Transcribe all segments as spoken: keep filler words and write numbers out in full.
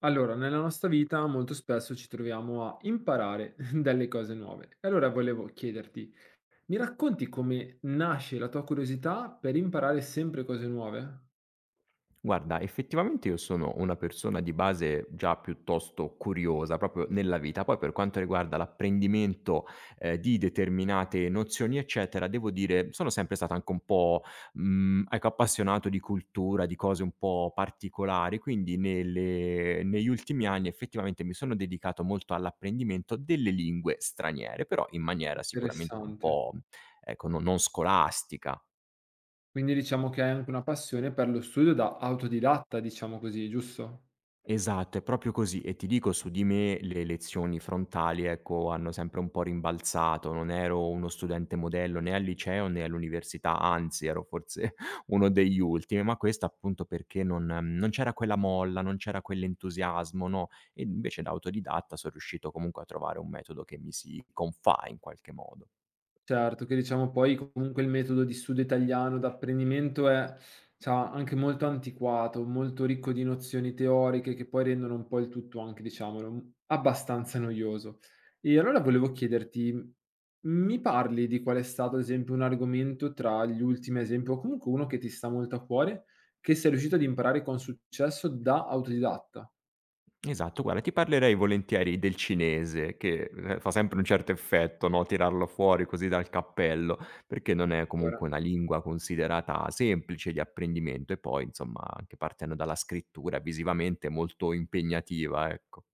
Allora, nella nostra vita molto spesso ci troviamo a imparare delle cose nuove. E allora volevo chiederti, mi racconti come nasce la tua curiosità per imparare sempre cose nuove? Guarda, effettivamente io sono una persona di base già piuttosto curiosa proprio nella vita. Poi per quanto riguarda l'apprendimento, ehm, di determinate nozioni, eccetera, devo dire sono sempre stato anche un po', mhmm, ecco, appassionato di cultura, di cose un po' particolari, quindi nelle negli ultimi anni effettivamente mi sono dedicato molto all'apprendimento delle lingue straniere, però in maniera sicuramente un Interessante. po', ecco, no non scolastica. Quindi diciamo che hai anche una passione per lo studio da autodidatta, diciamo così, giusto? Esatto, è proprio così e ti dico su di me le lezioni frontali, ecco, hanno sempre un po' rimbalzato. Non ero uno studente modello né al liceo né all'università, anzi ero forse uno degli ultimi, ma questo appunto perché non non c'era quella molla, non c'era quell'entusiasmo, no, e invece da autodidatta son riuscito comunque a trovare un metodo che mi si confà in qualche modo. Certo, che diciamo poi comunque il metodo di studio italiano d'apprendimento è c'ha anche molto antiquato, molto ricco di nozioni teoriche che poi rendono un po' il tutto anche, diciamolo, mhmm, abbastanza noioso. E allora volevo chiederti, mhmm, mi parli di qual è stato, ad esempio, un argomento tra gli ultimi, ad esempio, o comunque uno che ti sta molto a cuore, che sei riuscito ad imparare con successo da autodidatta? Esatto, guarda ti parlerei volentieri del cinese che, ehm, fa sempre un certo effetto, no, tirarlo fuori così dal cappello, perché non è Ora comunque una lingua considerata semplice di apprendimento e poi insomma anche partendo dalla scrittura visivamente è molto impegnativa, ecco.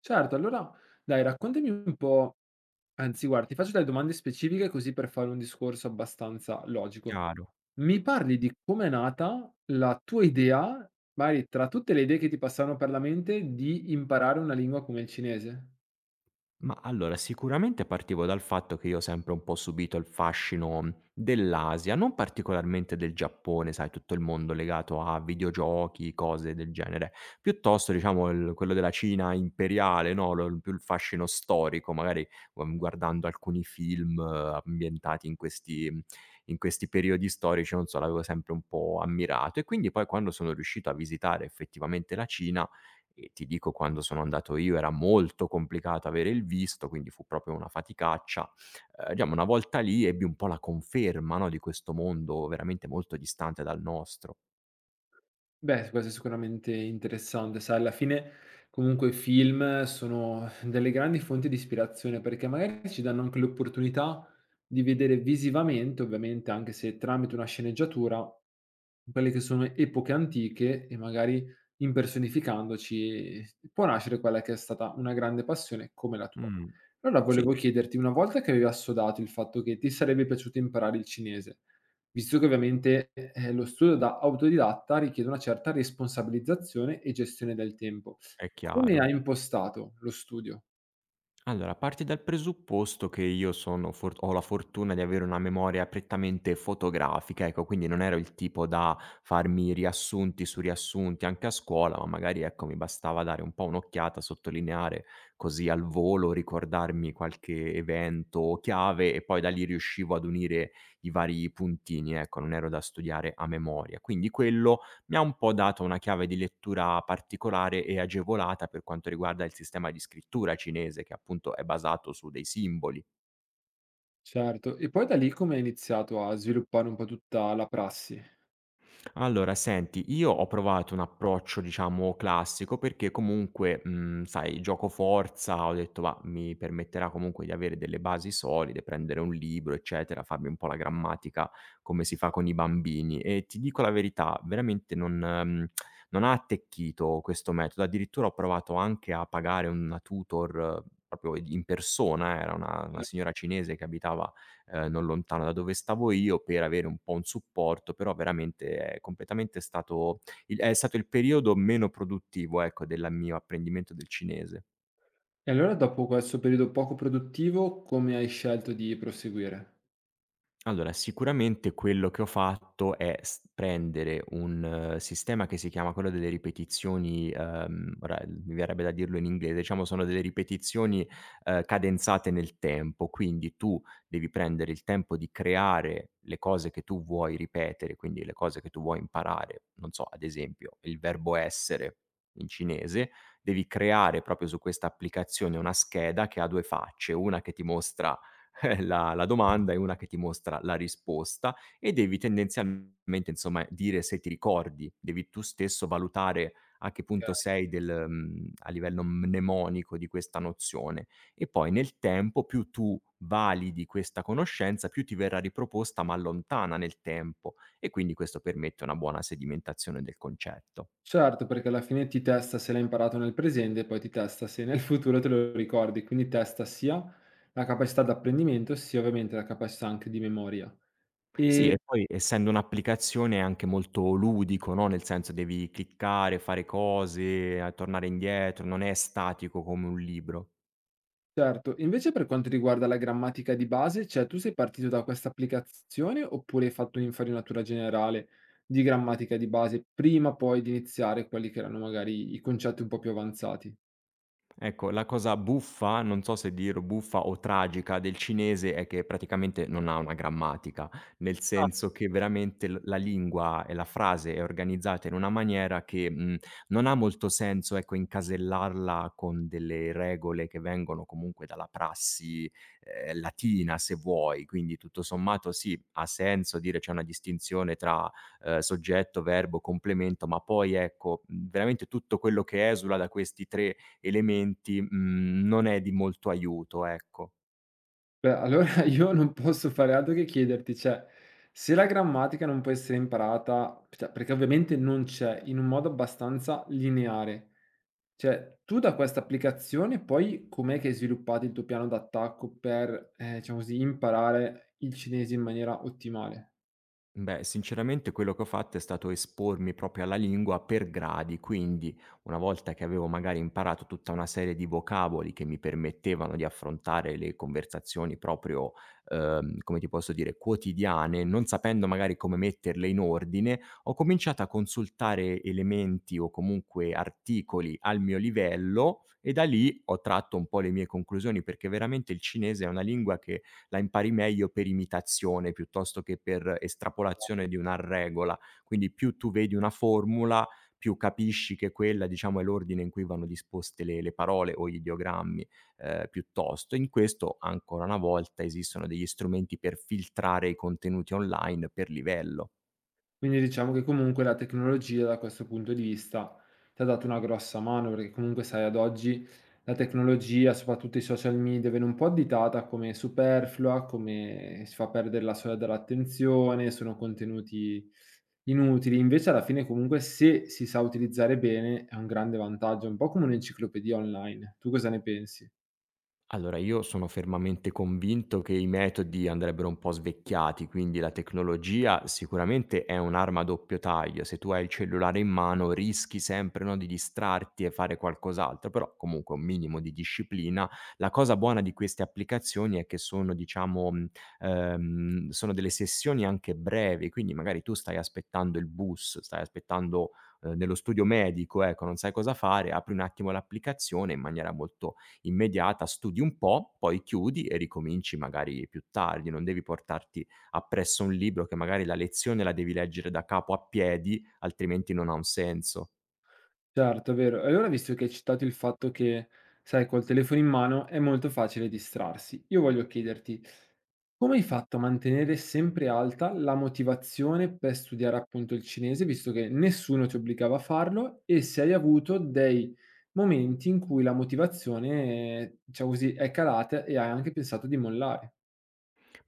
certo, allora dai raccontami un po'. Anzi guarda, ti faccio delle domande specifiche così per fare un discorso abbastanza logico. Chiaro. Mi parli di com'è nata la tua idea, magari tra tutte le idee che ti passarono per la mente, di imparare una lingua come il cinese? Ma allora, sicuramente partivo dal fatto che io ho sempre un po' subito il fascino dell'Asia, non particolarmente del Giappone, sai, tutto il mondo legato a videogiochi, cose del genere, piuttosto diciamo il- quello della Cina imperiale, no? Lo- più il fascino storico, magari um, guardando alcuni film eh, ambientati in questi, in questi periodi storici, non so, l'avevo sempre un po' ammirato e quindi poi quando sono riuscito a visitare effettivamente la Cina e ti dico quando sono andato io era molto complicato avere il visto, quindi fu proprio una faticaccia. Ehm, diciamo una volta lì ebbi un po' la conferma, no, di questo mondo veramente molto distante dal nostro. Beh, questo è sicuramente interessante, sai, alla fine comunque i film sono delle grandi fonti di ispirazione perché magari ci danno anche l'opportunità di vedere visivamente, ovviamente anche se tramite una sceneggiatura, quelle che sono epoche antiche e magari impersonificandoci può nascere quella che è stata una grande passione come la tua. Mh, Allora sì, volevo chiederti, una volta che avevi assodato il fatto che ti sarebbe piaciuto imparare il cinese, visto che ovviamente, ehm, lo studio da autodidatta richiede una certa responsabilizzazione e gestione del tempo. è Come hai chiaro. impostato lo studio? Allora, parti dal presupposto che io sono for ho la fortuna di avere una memoria prettamente fotografica, ecco, quindi non ero il tipo da farmi riassunti su riassunti anche a scuola, ma magari, ecco, mi bastava dare un po' un'occhiata, sottolineare così al volo, ricordarmi qualche evento o chiave e poi da lì riuscivo ad unire i vari puntini, ecco, non ero da studiare a memoria. Quindi quello mi ha un po' dato una chiave di lettura particolare e agevolata per quanto riguarda il sistema di scrittura cinese, che appunto è basato su dei simboli. Certo, e poi da lì come hai iniziato a sviluppare un po' tutta la prassi? Allora, senti, io ho provato un approccio, diciamo, classico perché comunque, mhmm, sai, gioco forza, ho detto: "Va, mi permetterà comunque di avere delle basi solide, prendere un libro, eccetera, farmi un po' la grammatica come si fa con i bambini." E ti dico la verità, veramente non mhmm, non ha attecchito questo metodo. Addirittura ho provato anche a pagare una tutor eh, proprio in persona, era una una Certo. signora cinese che abitava ehm, non lontano da dove stavo io, per avere un po' un supporto, però veramente è completamente stato il è stato il periodo meno produttivo, ecco, della mio apprendimento del cinese. E allora dopo questo periodo poco produttivo, come hai scelto di proseguire? Allora, sicuramente quello che ho fatto è s prendere un eh, sistema che si chiama quello delle ripetizioni, ehm, ora mi verrebbe da dirlo in inglese, diciamo sono delle ripetizioni, ehm, cadenzate nel tempo, quindi tu devi prendere il tempo di creare le cose che tu vuoi ripetere, quindi le cose che tu vuoi imparare. Non so, ad esempio, il verbo essere in cinese, devi creare proprio su questa applicazione una scheda che ha due facce, una che ti mostra eh, la la domanda e una che ti mostra la risposta e devi tendenzialmente, insomma, dire se ti ricordi. Devi tu stesso valutare a che punto Okay. sei del mhmm, a livello mnemonico di questa nozione. E poi nel tempo più tu validi questa conoscenza, più ti verrà riproposta ma lontana nel tempo e quindi questo permette una buona sedimentazione del concetto. Certo, perché alla fine ti testa se l'hai imparato nel presente e poi ti testa se nel futuro te lo ricordi, quindi testa sia la capacità d'apprendimento, sia ovviamente la capacità anche di memoria. Sì, E e poi essendo un'applicazione è anche molto ludico, no, nel senso devi cliccare, fare cose, a tornare indietro, non è statico come un libro. certo, invece per quanto riguarda la grammatica di base, cioè tu sei partito da questa applicazione oppure hai fatto un'infarinatura generale di grammatica di base prima poi di iniziare quelli che erano magari i concetti un po' più avanzati? Ecco, la cosa buffa, non so se dirlo buffa o tragica, del cinese è che praticamente non ha una grammatica, nel Ah. senso che veramente l la lingua e la frase è organizzata in una maniera che, mhmm, non ha molto senso, ecco, incasellarla con delle regole che vengono comunque dalla prassi, ehm, latina se vuoi. Quindi tutto sommato sì, ha senso dire c'è una distinzione tra, ehm, soggetto, verbo, complemento, ma poi ecco, mhmm, veramente tutto quello che esula da questi tre elementi, mhmm, non è di molto aiuto, ecco. Beh, allora io non posso fare altro che chiederti, cioè, se la grammatica non può essere imparata, cioè, perché ovviamente non c'è, in un modo abbastanza lineare, cioè, tu da questa applicazione poi com'è che hai sviluppato il tuo piano d'attacco per, ehm, diciamo così, imparare il cinese in maniera ottimale? Beh, sinceramente quello che ho fatto è stato espormi proprio alla lingua per gradi, quindi una volta che avevo magari imparato tutta una serie di vocaboli che mi permettevano di affrontare le conversazioni proprio, ehm, come ti posso dire, quotidiane, non sapendo magari come metterle in ordine, ho cominciato a consultare elementi o comunque articoli al mio livello e da lì ho tratto un po' le mie conclusioni, perché veramente il cinese è una lingua che la impari meglio per imitazione piuttosto che per estrapolazione di una regola. Quindi più tu vedi una formula, più capisci che quella, diciamo, è l'ordine in cui vanno disposte le le parole o gli ideogrammi, ehm, piuttosto. In questo, ancora una volta, esistono degli strumenti per filtrare i contenuti online per livello. Quindi diciamo che comunque la tecnologia da questo punto di vista ti ha dato una grossa mano, perché comunque sai ad oggi la tecnologia, soprattutto i social media, viene un po' additata come superflua, come si fa perdere la soglia dell'attenzione, sono contenuti inutili. Invece alla fine comunque se si sa utilizzare bene è un grande vantaggio, un po' come un'enciclopedia online. Tu cosa ne pensi? Allora, io sono fermamente convinto che i metodi andrebbero un po' svecchiati, quindi la tecnologia sicuramente è un'arma a doppio taglio. Se tu hai il cellulare in mano rischi sempre, no, di distrarti e fare qualcos'altro, però comunque un minimo di disciplina. La cosa buona di queste applicazioni è che sono, diciamo, mh, ehm, sono delle sessioni anche brevi, quindi magari tu stai aspettando il bus, stai aspettando eh, nello studio medico, ecco, non sai cosa fare, apri un attimo l'applicazione in maniera molto immediata, studi un po', poi chiudi e ricominci magari più tardi, non devi portarti appresso un libro che magari la lezione la devi leggere da capo a piedi, altrimenti non ha un senso. Certo, è vero. E allora visto che hai citato il fatto che, sai, col telefono in mano è molto facile distrarsi, io voglio chiederti: come hai fatto a mantenere sempre alta la motivazione per studiare appunto il cinese, visto che nessuno ti obbligava a farlo, e se hai avuto dei momenti in cui la motivazione, eh, diciamo così, è calata e hai anche pensato di mollare?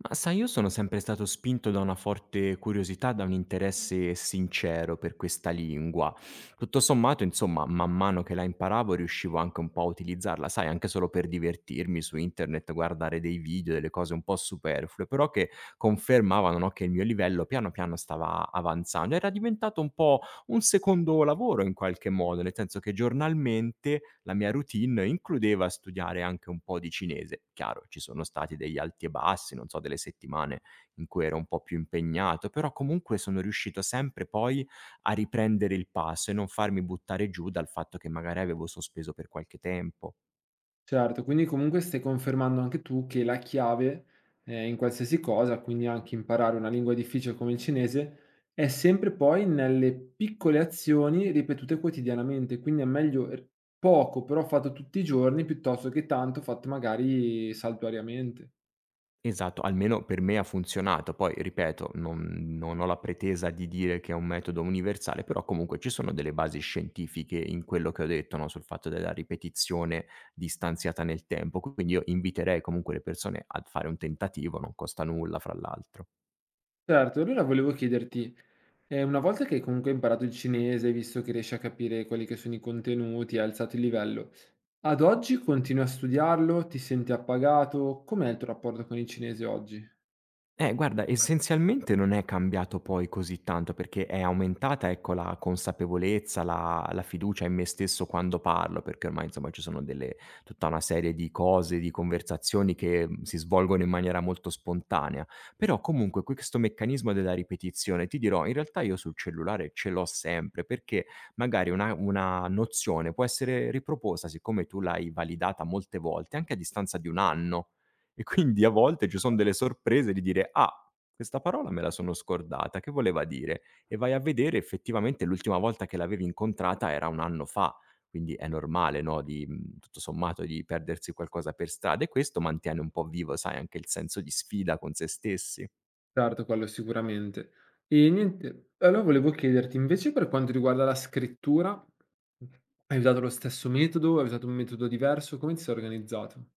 Ma sai, io sono sempre stato spinto da una forte curiosità, da un interesse sincero per questa lingua. Tutto sommato, insomma, man mano che la imparavo riuscivo anche un po' a utilizzarla, sai, anche solo per divertirmi su internet, guardare dei video, delle cose un po' superflue, però che confermavano, no, che il mio livello piano piano stava avanzando. Era diventato un po' un secondo lavoro in qualche modo, nel senso che giornalmente la mia routine includeva studiare anche un po' di cinese. Chiaro, ci sono stati degli alti e bassi, non so, delle settimane in cui ero un po' più impegnato, però comunque sono riuscito sempre poi a riprendere il passo e non farmi buttare giù dal fatto che magari avevo sospeso per qualche tempo. Certo, quindi comunque stai confermando anche tu che la chiave, ehm, in qualsiasi cosa, quindi anche imparare una lingua difficile come il cinese, è sempre poi nelle piccole azioni ripetute quotidianamente, quindi è meglio r poco però fatto tutti i giorni, piuttosto che tanto fatto magari saltuariamente. Esatto, almeno per me ha funzionato. Poi ripeto, non non ho la pretesa di dire che è un metodo universale, però comunque ci sono delle basi scientifiche in quello che ho detto, no, sul fatto della ripetizione distanziata nel tempo. Quindi io inviterei comunque le persone a fare un tentativo, non costa nulla fra l'altro. Certo, e allora volevo chiederti, ehm, una volta che comunque hai comunque imparato il cinese, hai visto che riesci a capire quelli che sono i contenuti, hai alzato il livello, ad oggi continui a studiarlo? Ti senti appagato? Com'è il tuo rapporto con il cinese oggi? Eh, guarda, essenzialmente non è cambiato poi così tanto, perché è aumentata, ecco, la consapevolezza, la la fiducia in me stesso quando parlo, perché ormai insomma ci sono delle tutta una serie di cose, di conversazioni che, mhmm, si svolgono in maniera molto spontanea. Però comunque questo meccanismo della ripetizione, ti dirò, in realtà io sul cellulare ce l'ho sempre, perché magari una una nozione può essere riproposta, siccome tu l'hai validata molte volte, anche a distanza di un anno. E quindi a volte ci son delle sorprese di dire: "Ah, questa parola me la sono scordata, che voleva dire?" E vai a vedere effettivamente l'ultima volta che l'avevi incontrata era un anno fa, quindi è normale, no, di mhmm, tutto sommato di perdersi qualcosa per strada e questo mantiene un po' vivo, sai, anche il senso di sfida con sé stessi. Certo, quello sicuramente. E niente, allora volevo chiederti invece per quanto riguarda la scrittura, hai usato lo stesso metodo? Hai usato un metodo diverso? Come ti sei organizzato?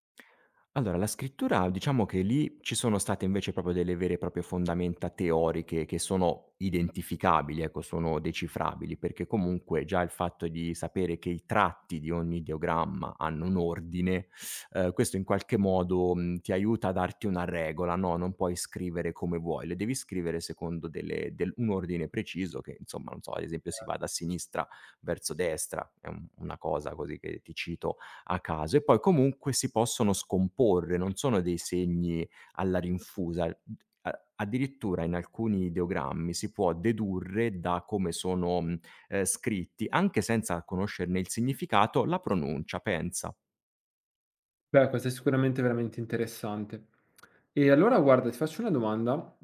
Allora, la scrittura diciamo che lì ci sono state invece proprio delle vere e proprie fondamenta teoriche che sono identificabili, ecco, sono decifrabili, perché comunque già il fatto di sapere che i tratti di ogni ideogramma hanno un ordine, ehm, questo in qualche modo, mhmm, ti aiuta a darti una regola, no, non puoi scrivere come vuoi, le devi scrivere secondo delle del un ordine preciso che insomma, non so, ad esempio si va da sinistra verso destra, è un una cosa così che ti cito a caso e poi comunque si possono scomporre, non sono dei segni alla rinfusa. D a addirittura in alcuni ideogrammi si può dedurre da come sono, mhmm, ehm, scritti, anche senza conoscerne il significato, la pronuncia, pensa. Beh, questo è sicuramente veramente interessante. E allora guarda, ti faccio una domanda.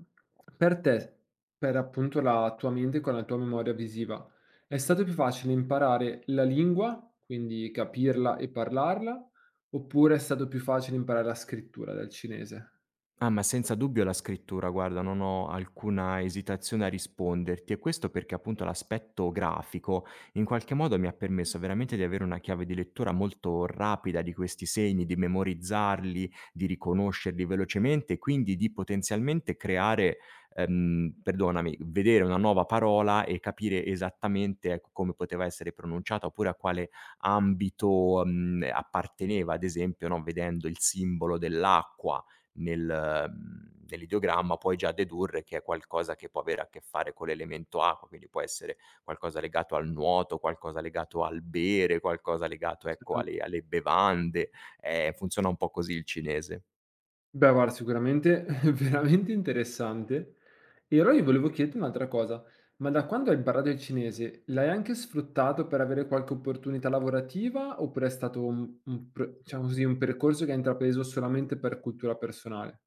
Per te, per appunto la tua mente con la tua memoria visiva, è stato più facile imparare la lingua, quindi capirla e parlarla, oppure è stato più facile imparare la scrittura del cinese? Ah, ma senza dubbio la scrittura, guarda, non ho alcuna esitazione a risponderti e questo perché appunto l'aspetto grafico in qualche modo mi ha permesso veramente di avere una chiave di lettura molto rapida di questi segni, di memorizzarli, di riconoscerli velocemente e quindi di potenzialmente creare, ehm, perdonami, vedere una nuova parola e capire esattamente ecco, come poteva essere pronunciata oppure a quale ambito mm, apparteneva, ad esempio, no, vedendo il simbolo dell'acqua nel mhmm, nell'ideogramma puoi già dedurre che è qualcosa che può avere a che fare con l'elemento acqua, quindi può essere qualcosa legato al nuoto, qualcosa legato al bere, qualcosa legato, ecco, Cioè, alle alle bevande. Ehm, funziona un po' così il cinese. beh, guarda sicuramente veramente interessante. E allora io volevo chiederti un'altra cosa, ma da quando hai imparato il cinese, l'hai anche sfruttato per avere qualche opportunità lavorativa oppure è stato un un pr diciamo così, un percorso che hai intrapreso solamente per cultura personale?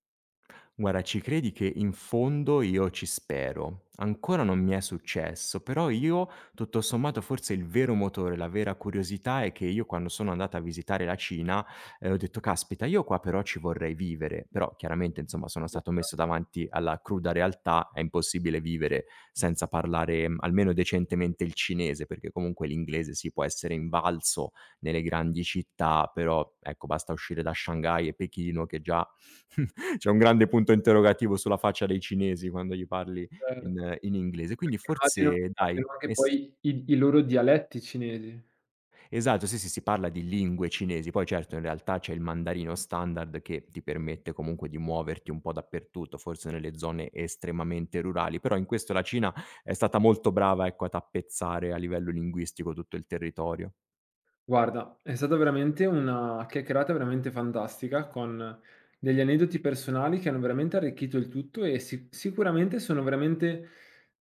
Guarda, ci credi che in fondo io ci spero. Ancora non mi è successo, però io, tutto sommato, forse il vero motore, la vera curiosità è che io quando sono andato a visitare la Cina, ehm, ho detto: "Caspita, io qua però ci vorrei vivere". Però chiaramente, insomma, sono stato messo davanti alla cruda realtà, è impossibile vivere senza parlare, mhmm, almeno decentemente il cinese, perché comunque l'inglese sì, può essere invalso nelle grandi città, però ecco, basta uscire da Shanghai e Pechino che già c'è un grande punto interrogativo sulla faccia dei cinesi quando gli parli Certo, in in inglese. Quindi immagino forse dai, abbiano anche es poi i i loro dialetti cinesi. esatto, sì, sì, si parla di lingue cinesi, poi certo in realtà c'è il mandarino standard che ti permette comunque di muoverti un po' dappertutto, forse nelle zone estremamente rurali, però in questo la Cina è stata molto brava, ecco, a tappezzare a livello linguistico tutto il territorio. Guarda, è stata veramente una chiacchierata veramente fantastica con degli aneddoti personali che hanno veramente arricchito il tutto e si- sicuramente sono veramente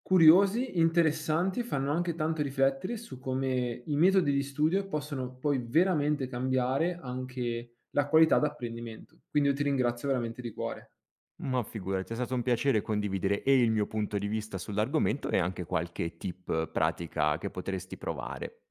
curiosi, interessanti e fanno anche tanto riflettere su come i metodi di studio possono poi veramente cambiare anche la qualità d'apprendimento. Quindi io ti ringrazio veramente di cuore. Ma figurati, è stato un piacere condividere e il mio punto di vista sull'argomento e anche qualche tip pratica che potresti provare.